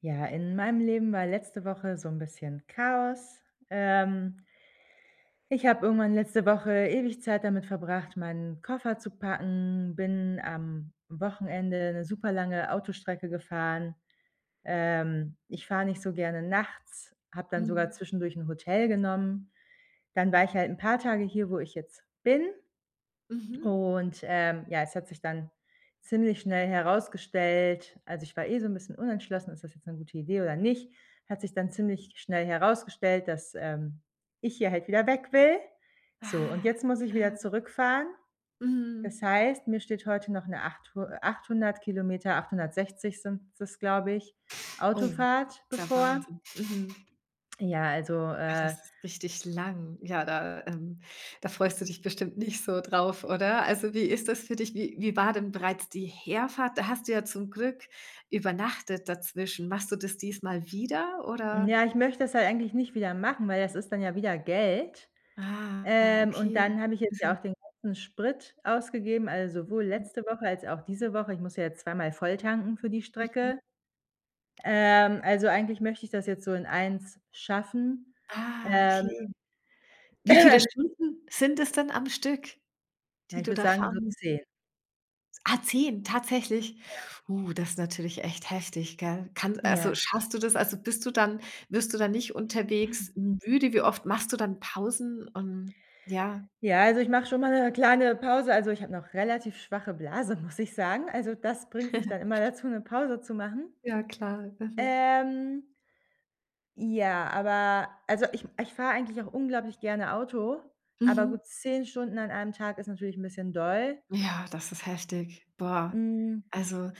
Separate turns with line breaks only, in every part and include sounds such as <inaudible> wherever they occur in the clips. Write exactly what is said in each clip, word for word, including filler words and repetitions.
Ja, in meinem Leben war letzte Woche so ein bisschen Chaos. Ähm, ich habe irgendwann letzte Woche ewig Zeit damit verbracht, meinen Koffer zu packen, bin am Wochenende eine super lange Autostrecke gefahren. Ähm, ich fahre nicht so gerne nachts, habe dann sogar
Mhm.
zwischendurch ein Hotel genommen. Dann war ich halt ein paar Tage hier, wo ich jetzt bin.
Mhm.
Und, ähm, ja, es hat sich dann ziemlich schnell herausgestellt. Also, ich war eh so ein bisschen unentschlossen, ist das jetzt eine gute Idee oder nicht? Hat sich dann ziemlich schnell herausgestellt, dass, ähm, ich hier halt wieder weg will. So, und
Ah,
jetzt muss ich
<laughs>
wieder
aha.
zurückfahren. Das
Mhm.
heißt, mir steht heute noch eine achthun äh, achthundert Kilometer, achthundertsechzig sind das, glaube ich,
Oh,
Autofahrt
ist ja
bevor.
Wahnsinn. Mhm.
Ja, also,
Ah, das
äh
ist richtig lang. Ja, da ähm, da freust du dich bestimmt nicht so drauf, oder? Also, wie ist das für dich? Wie wie war denn bereits die Herfahrt? Da hast du ja zum Glück übernachtet dazwischen. Machst du das diesmal wieder oder?
ja, ich möchte das halt eigentlich nicht wieder machen, weil das ist dann ja wieder Geld.
Ah,
Ähm, und
okay.
dann habe ich jetzt ja
Mhm.
auch den ganzen Sprit ausgegeben, also sowohl letzte Woche als auch diese Woche. Ich muss ja jetzt zweimal volltanken für die
Mhm.
Strecke. Ähm, also eigentlich möchte ich das jetzt so in eins schaffen.
Ah,
Ähm,
okay.
<clears throat>
Wie viele
also,
Stunden sind es denn am Stück,
ja,
die
ich
du
würde
da
sagen, so
fahren?
zehn.
Ah, zehn, tatsächlich. Uh, das ist natürlich echt heftig, gell? Kann, also,
Ja.
schaffst du das? Also, bist du dann wirst du dann nicht unterwegs müde? Wie oft machst du dann Pausen? Und ja.
Ja, also ich mache schon mal eine kleine Pause. Also, ich habe noch relativ schwache Blase, <laughs> muss ich sagen. Also, das bringt mich dann
<laughs>
immer dazu, eine Pause zu machen.
Ja, klar. Mhm.
Ähm Ja, aber also ich ich fahre eigentlich auch unglaublich gerne Auto, aber
Mhm.
gut zehn Stunden an einem Tag ist natürlich ein bisschen doll.
Ja, das ist heftig. Boah.
Hm.
Also,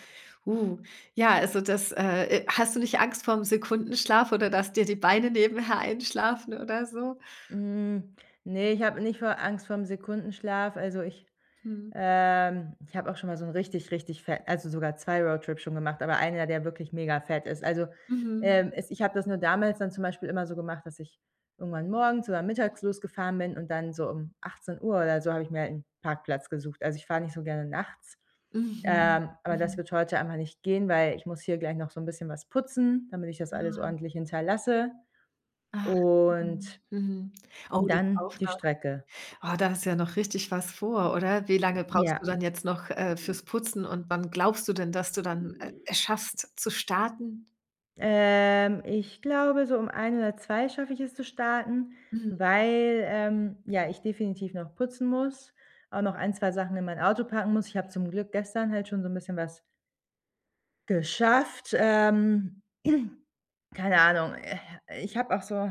uh, ja, also, das, äh, äh hast du nicht Angst vorm Sekundenschlaf oder dass dir die Beine nebenher einschlafen oder so?
Hm. Ne, ich habe nicht vor Angst vorm Sekundenschlaf. Also, ich
Mhm.
Ähm, ich habe auch schon mal so 'n richtig, richtig fett also sogar zwei Roadtrips schon gemacht, aber einer, der wirklich mega fett ist. Also,
Mhm.
ähm, es ich habe das nur damals dann zum Beispiel immer so gemacht, dass ich irgendwann morgens oder mittags losgefahren bin und dann so um achtzehn Uhr oder so habe ich mir halt 'n Parkplatz gesucht. Also, ich fahre nicht so gerne nachts,
Mhm.
ähm, aber das
Mhm.
wird heute einfach nicht gehen, weil ich muss hier gleich noch so 'n bisschen was putzen, damit ich das alles
Ah.
ordentlich hinterlasse
Ach, mhm,
und
mhm. Oh, das
dann die
Aufna
Strecke.
oh, da hast du ja noch richtig was vor, oder? Wie lange brauchst du
Ja.
dann jetzt noch, äh, fürs Putzen, und wann glaubst du denn, dass du dann, äh, es schaffst zu starten?
Ähm, ich glaube, so um ein oder zwei schaffe ich es zu starten,
Mhm.
weil, ähm, ja, ich definitiv noch putzen muss, auch noch ein, zwei Sachen in mein Auto packen muss. Ich habe zum Glück gestern halt schon so ein bisschen was geschafft. Ähm, <clears throat> keine Ahnung, äh, ich habe auch so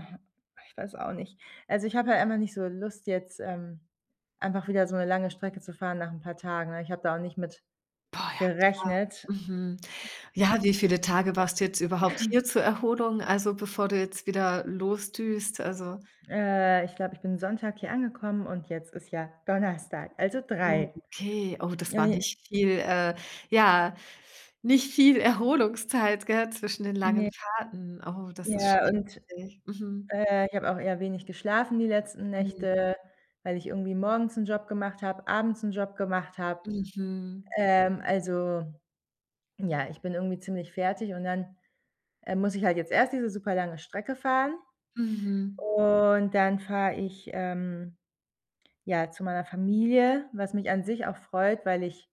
ich weiß auch nicht. Also, ich habe halt einfach nicht so Lust jetzt, ähm, einfach wieder so eine lange Strecke zu fahren nach ein paar Tagen, ne? Ich habe da auch nicht mit
Boah, ja klar.
gerechnet.
Mhm. Ja, wie viele Tage warst du jetzt überhaupt hier zur Erholung, also bevor du jetzt wieder losdüst? Also,
Äh, ich glaube, ich bin Sonntag hier angekommen und jetzt ist ja Donnerstag, also
oh,
drei.
okay. Oh, das
Ja,
war
ne,
nicht viel, äh, ja, nicht viel Erholungszeit, gell, zwischen den
ne,
langen Fahrten. Oh, das ist schon
ja, und,
richtig. Mhm.
äh, ich habe auch eher wenig geschlafen die letzten
Mhm.
Nächte, weil ich irgendwie morgens 'n Job gemacht habe, abends 'n Job gemacht habe.
Mhm.
Ähm, also, ja, ich bin irgendwie ziemlich fertig und dann, äh, muss ich halt jetzt erst diese super lange Strecke fahren
Mhm.
und dann fahre ich, ähm Ja, zu meiner Familie, was mich an sich auch freut, weil ich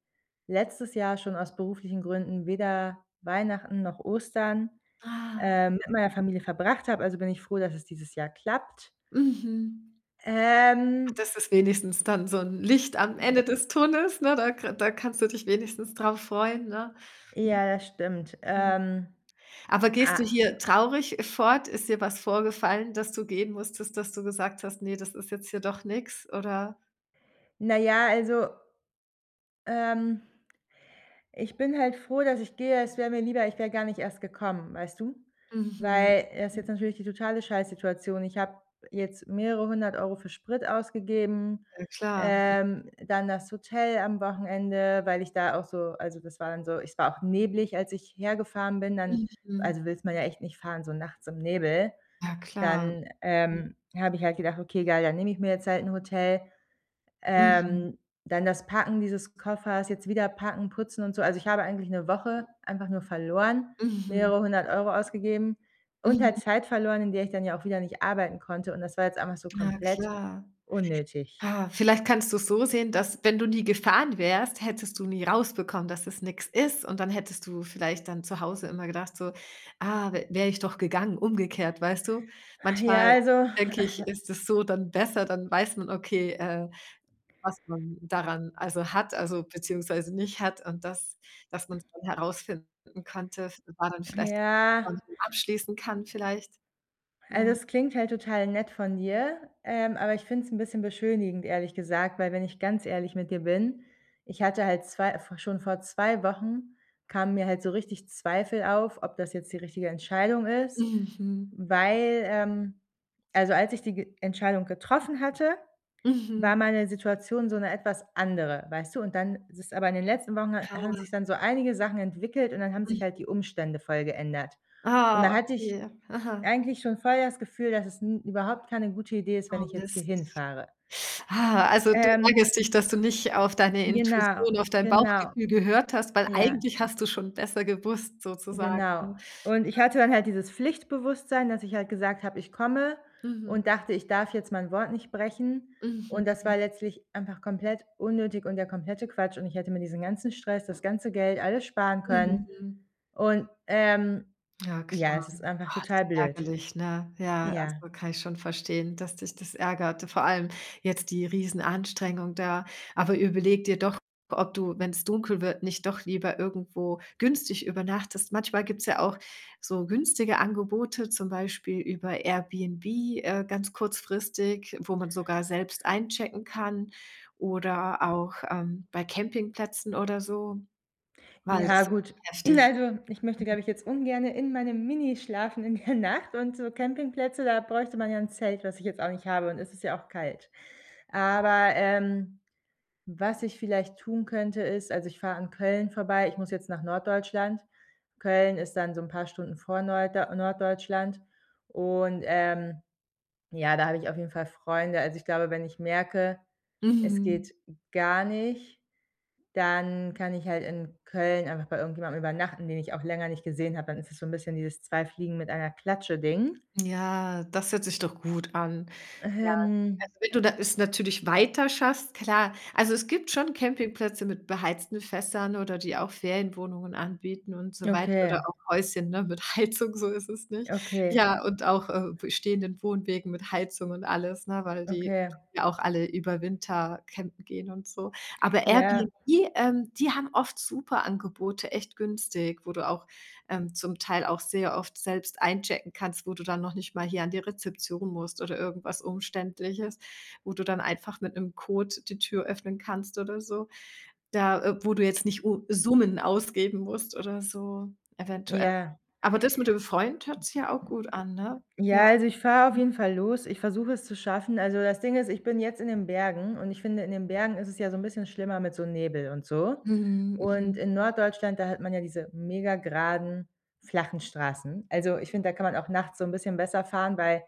letztes Jahr schon aus beruflichen Gründen weder Weihnachten noch Ostern,
Ah.
ähm, mit meiner Familie verbracht habe, also bin ich froh, dass es dieses Jahr klappt.
Mhm.
Ähm,
Das ist wenigstens dann so 'n Licht am Ende des Tunnels, ne? Da ka da kannst du dich wenigstens drauf freuen, ne?
ja, das stimmt.
Mhm.
Ähm,
Aber gehst
ah,
du hier traurig fort? Ist dir was vorgefallen, dass du gehen musstest, dass du gesagt hast: „Ne, das ist jetzt hier doch nix", oder?
na ja, also, ähm ich bin halt froh, dass ich gehe. Es wäre mir lieber, ich wäre gar nicht erst gekommen, weißt du?
Mhm.
Weil das ist jetzt natürlich die totale Scheißsituation. Ich habe jetzt mehrere hundert Euro für Sprit ausgegeben,
Ja klar.
ähm, dann das Hotel am Wochenende, weil ich da auch so. Also, das war dann so, es war auch neblig, als ich hergefahren bin, dann.
Mhm.
Also, willst man ja echt nicht fahren, so nachts im Nebel.
Ja klar.
Dann,
Mhm.
ähm, habe ich halt gedacht: „Okay, geil, dann nehme ich mir jetzt halt ein Hotel.“
Mhm.
ähm, dann das Packen dieses Koffers, jetzt wieder packen, putzen und so. Also, ich habe eigentlich eine Woche einfach nur verloren,
Mhm.
mehrere hundert Euro ausgegeben und halt
Mhm.
Zeit verloren, in der ich dann ja auch wieder nicht arbeiten konnte, und das war jetzt einfach so
Ja
komplett
klar.
unnötig.
Ah, vielleicht kannst du's so sehen, dass, wenn du nie gefahren wärst, hättest du nie rausbekommen, dass es nichts ist, und dann hättest du vielleicht dann zu Hause immer gedacht so: „Ah, wäre ich doch gegangen", umgekehrt, weißt du? Manchmal,
Ja,
ja,
also
denke ich, ist es so dann besser, dann weiß man, okay, äh, was man daran also hat, also beziehungsweise nicht hat, und das dass man's dann herausfinden konnte, war dann vielleicht,
ja.
was man abschließen kann vielleicht.
Also,
Ja.
es klingt halt total nett von dir, ähm, aber ich finde es ein bisschen beschönigend, ehrlich gesagt, weil wenn ich ganz ehrlich mit dir bin, ich hatte halt zwei schon vor zwei Wochen kamen mir halt so richtig Zweifel auf, ob das jetzt die richtige Entscheidung ist,
Mhm.
weil, ähm also, als ich die Ge Entscheidung getroffen hatte, war
Mhm.
meine Situation so eine etwas andere, weißt du? Und dann ist aber in den letzten Wochen ha haben
Ah,
sich dann so einige Sachen entwickelt und dann haben sich halt
mhm.
die Umstände voll geändert. Und da
Ah,
hatte ich
okay. Aha.
eigentlich schon voll das Gefühl, dass es n überhaupt keine gute Idee ist, wenn
Oh
ich jetzt hier
Mist.
hinfahre.
Ah, also du
Ähm,
ärgerst dich, dass du nicht auf deine
genau,
Intuition, auf dein
genau,
Bauchgefühl gehört hast, weil
ja,
eigentlich hast du schon besser gewusst sozusagen.
genau. Und ich hatte dann halt dieses Pflichtbewusstsein, dass ich halt gesagt habe, ich komme,
Mhm.
und dachte, ich darf jetzt mein Wort nicht brechen.
Mhm.
Und das war letztlich einfach komplett unnötig und der komplette Quatsch und ich hätte mir diesen ganzen Stress, das ganze Geld, alles sparen
Mhm.
können.
Mhm.
Und, ähm,
Ja, klar.
ja, es ist einfach
Ah, das
total
ist
blöd.
ärgerlich, ne? Ja,
Ja.
also, kann ich schon verstehen, dass dich das ärgert. Vor allem jetzt die Riesenanstrengung da. Aber überleg dir doch, ob du, wenn es dunkel wird, nicht doch lieber irgendwo günstig übernachtest. Manchmal gibt's ja auch so günstige Angebote, zum Beispiel über Airbnb, äh, ganz kurzfristig, wo man sogar selbst einchecken kann, oder auch, ähm, bei Campingplätzen oder so, weil das
Ja,
ist so
gut. <clears throat>
heftig.
Also, ich möchte, glaube ich, jetzt ungerne in meinem Mini schlafen in der <laughs> Nacht, und so Campingplätze, da bräuchte man ja ein Zelt, was ich jetzt auch nicht habe, und es ist ja auch kalt. Aber, ähm, was ich vielleicht tun könnte, ist. Also, ich fahre an Köln vorbei. Ich muss jetzt nach Norddeutschland. Köln ist dann so ein paar Stunden vor Neude Norddeutschland und, ähm, ja, da habe ich auf jeden Fall Freunde. Also, ich glaube, wenn ich merke, es
Mhm.
geht gar nicht, dann kann ich halt in Köln einfach bei irgendjemandem übernachten, den ich auch länger nicht gesehen habe. Dann ist es so 'n bisschen dieses zwei Fliegen mit einer Klatsche-Ding.
Ja, das hört sich doch gut an. Ja,
Ähm,
also, wenn du da es natürlich weiter schaffst, klar. Also, es gibt schon Campingplätze mit beheizten Fässern oder die auch Ferienwohnungen anbieten und so weiter,
okay,
oder auch Häuschen, ne, mit <laughs> Heizung, so ist es nicht.
okay,
Ja, und auch, äh, bestehenden Wohnwegen mit Heizung und alles, ne, weil die
okay.
ja auch alle über Winter campen gehen und so. Aber
Ja,
Airbnb, ähm, die haben oft super Angebote, echt günstig, wo du auch ähm, zum Teil auch sehr oft selbst einchecken kannst, wo du dann noch nicht mal hier an die Rezeption musst oder irgendwas Umständliches, wo du dann einfach mit einem Code die Tür öffnen kannst oder so, da äh, wo du jetzt nicht u Summen ausgeben musst oder so eventuell.
ja.
Aber das mit dem Freund hört sich ja auch gut an, ne? Ja.
Ja, also ich fahre auf jeden Fall los. Ich versuche es zu schaffen. Also, das Ding ist, ich bin jetzt in den Bergen und ich finde, in den Bergen ist es ja so ein bisschen schlimmer mit so Nebel und so.
Mhm,
Und
mhm.
in Norddeutschland, da hat man ja diese mega geraden, flachen Straßen. Also ich finde, da kann man auch nachts so ein bisschen besser fahren, weil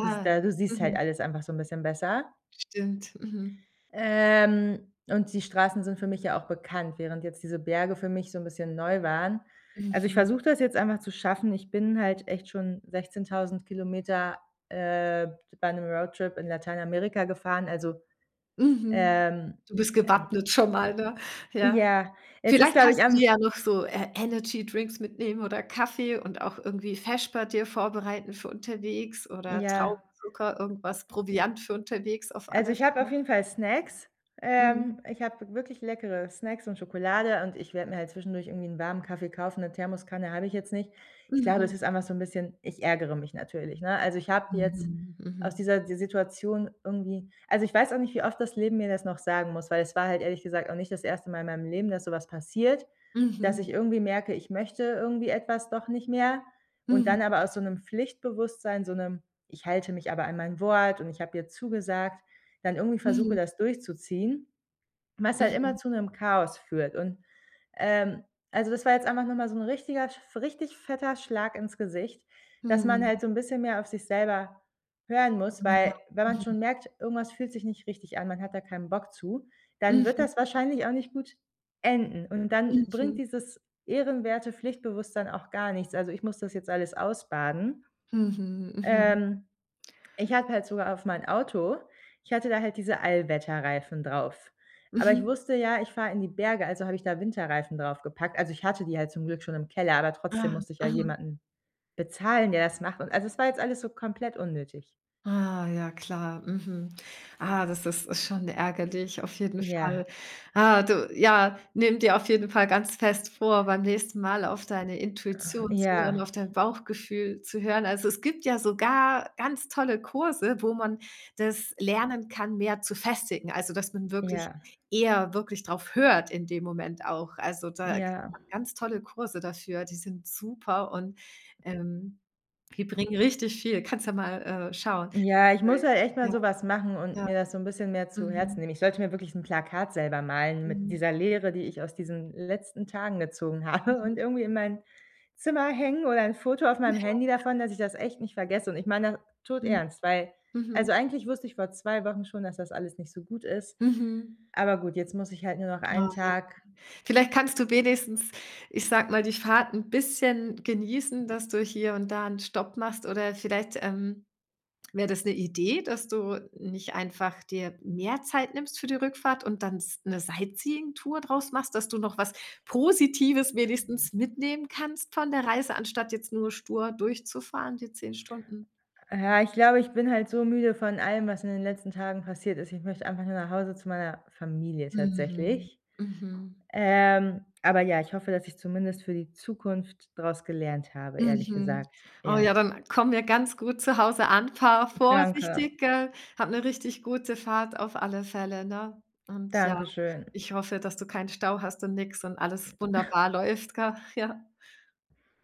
du da du siehst halt
Mhm.
alles einfach so ein bisschen besser.
Stimmt. Mhm.
Ähm, und die Straßen sind für mich ja auch bekannt, während jetzt diese Berge für mich so 'n bisschen neu waren. Also, ich
Mhm.
versuche das jetzt einfach zu schaffen. Ich bin halt echt schon sechzehntausend Kilometer äh, bei 'nem Roadtrip in Lateinamerika gefahren. Also,
Mhm.
ähm,
Du bist
äh,
gewappnet schon mal, ne? Ja.
ja, es ist,
Vielleicht
glaube
kannst
ich,
du dir
am
ja noch so, äh, Drinks mitnehmen oder Kaffee und auch irgendwie Feschbar dir vorbereiten für unterwegs, oder
ja.
Traubenzucker, irgendwas Proviant für unterwegs auf
Also,
alle
ich habe auf
Fälle.
jeden Fall Snacks.
Mhm.
Ähm, ich habe wirklich leckere Snacks und Schokolade und ich werde mir halt zwischendurch irgendwie einen warmen Kaffee kaufen. Eine Thermoskanne habe ich jetzt nicht. Ich glaube, es
Mhm.
ist einfach so ein bisschen, ich ärgere mich natürlich, ne? Also, ich habe jetzt
Mhm.
aus
Mhm.
dieser d Situation irgendwie. Also, ich weiß auch nicht, wie oft das Leben mir das noch sagen muss, weil es war halt ehrlich gesagt auch nicht das erste Mal in meinem Leben, dass so was passiert, dass
Mhm.
ich irgendwie merke, ich möchte irgendwie etwas doch nicht mehr, und
Mhm.
dann aber aus so einem Pflichtbewusstsein, so einem „Ich halte mich aber an mein Wort und ich habe dir zugesagt“, dann irgendwie versuche,
Mhm.
das durchzuziehen, was halt immer zu einem Chaos führt. Und, ähm, also, das war jetzt einfach nochmal so ein richtiger richtig fetter Schlag ins Gesicht, dass man
Mhm.
halt so ein bisschen mehr auf sich selber hören muss, weil wenn man
Mhm.
schon merkt, irgendwas fühlt sich nicht richtig an, man hat da keinen Bock zu, dann wird
Mhm.
das wahrscheinlich auch nicht gut enden. Und dann bringt
Mhm.
dieses ehrenwerte Pflichtbewusstsein auch gar nichts. Also, ich muss das jetzt alles ausbaden.
Mhm. Mhm. Mhm.
Ähm ich hatte halt sogar auf mein Auto ich hatte da halt diese Allwetterreifen drauf. Aber ich
Mhm.
wusste ja, ich fahre in die Berge, also habe ich da Winterreifen draufgepackt. Also, ich hatte die halt zum Glück schon im Keller, aber trotzdem
Ah,
musste ich ja
aha.
jemanden bezahlen, der das macht, und also, es war jetzt alles so komplett unnötig.
Ah, ja klar, mhm. Ah, das ist ist schon ärgerlich, auf jeden Fall.
Ja,
Ah, du, ja, nimm dir auf jeden Fall ganz fest vor, beim nächsten Mal auf deine Intuition zu hören,
ja,
auf dein Bauchgefühl zu hören. Also, es gibt ja sogar ganz tolle Kurse, wo man das lernen kann, mehr zu festigen, also, dass man wirklich
ja,
eher wirklich drauf hört in dem Moment auch. Also, da g
ja.
ganz tolle Kurse dafür, die sind super, und, ähm die bringen richtig viel. Kannst ja mal, äh, schauen.
Ja, ich muss
Weil,
halt echt mal
ja,
so was machen und
ja.
mir das so 'n bisschen mehr zu Herzen
Mhm.
nehmen. Ich sollte mir wirklich 'n Plakat selber malen mit
Mhm.
dieser Lehre, die ich aus diesen letzten Tagen gezogen <laughs> habe, und
Mhm.
irgendwie in mein Zimmer hängen, oder 'n Foto auf meinem
Ja.
Handy davon, dass ich das echt nicht vergesse. Und ich meine das
Mhm.
todernst, weil
Mhm.
also, eigentlich wusste ich vor zwei Wochen schon, dass das alles nicht so gut ist.
Mhm.
Aber gut, jetzt muss ich halt nur noch einen
Ah, ja.
Tag.
Vielleicht kannst du wenigstens, ich sage mal, die Fahrt 'n bisschen genießen, dass du hier und da 'n Stopp machst oder vielleicht, ähm Wäre das eine Idee, dass du nicht einfach dir mehr Zeit nimmst für die Rückfahrt und dann s 'ne Sightseeing-Tour draus machst, dass du noch was Positives wenigstens mitnehmen kannst von der Reise, anstatt jetzt nur stur durchzufahren, die zehn Stunden?
Ja, ich glaube, ich bin halt so müde von allem, was in den letzten Tagen passiert ist. Ich möchte einfach nur nach Hause zu meiner Familie
Mhm.
tatsächlich.
Mhm.
Ähm, aber ja, ich hoffe, dass ich zumindest für die Zukunft draus gelernt habe, ehrlich
Mhm.
gesagt.
Oh
Ja,
ja, dann komm mir ganz gut zu Hause an, fahr
danke.
vorsichtig, gell? Hab eine richtig gute Fahrt auf alle Fälle, ne? Und ja,
Dankeschön.
ich hoffe, dass du keinen Stau hast und nix und alles wunderbar läuft, gell? Ja.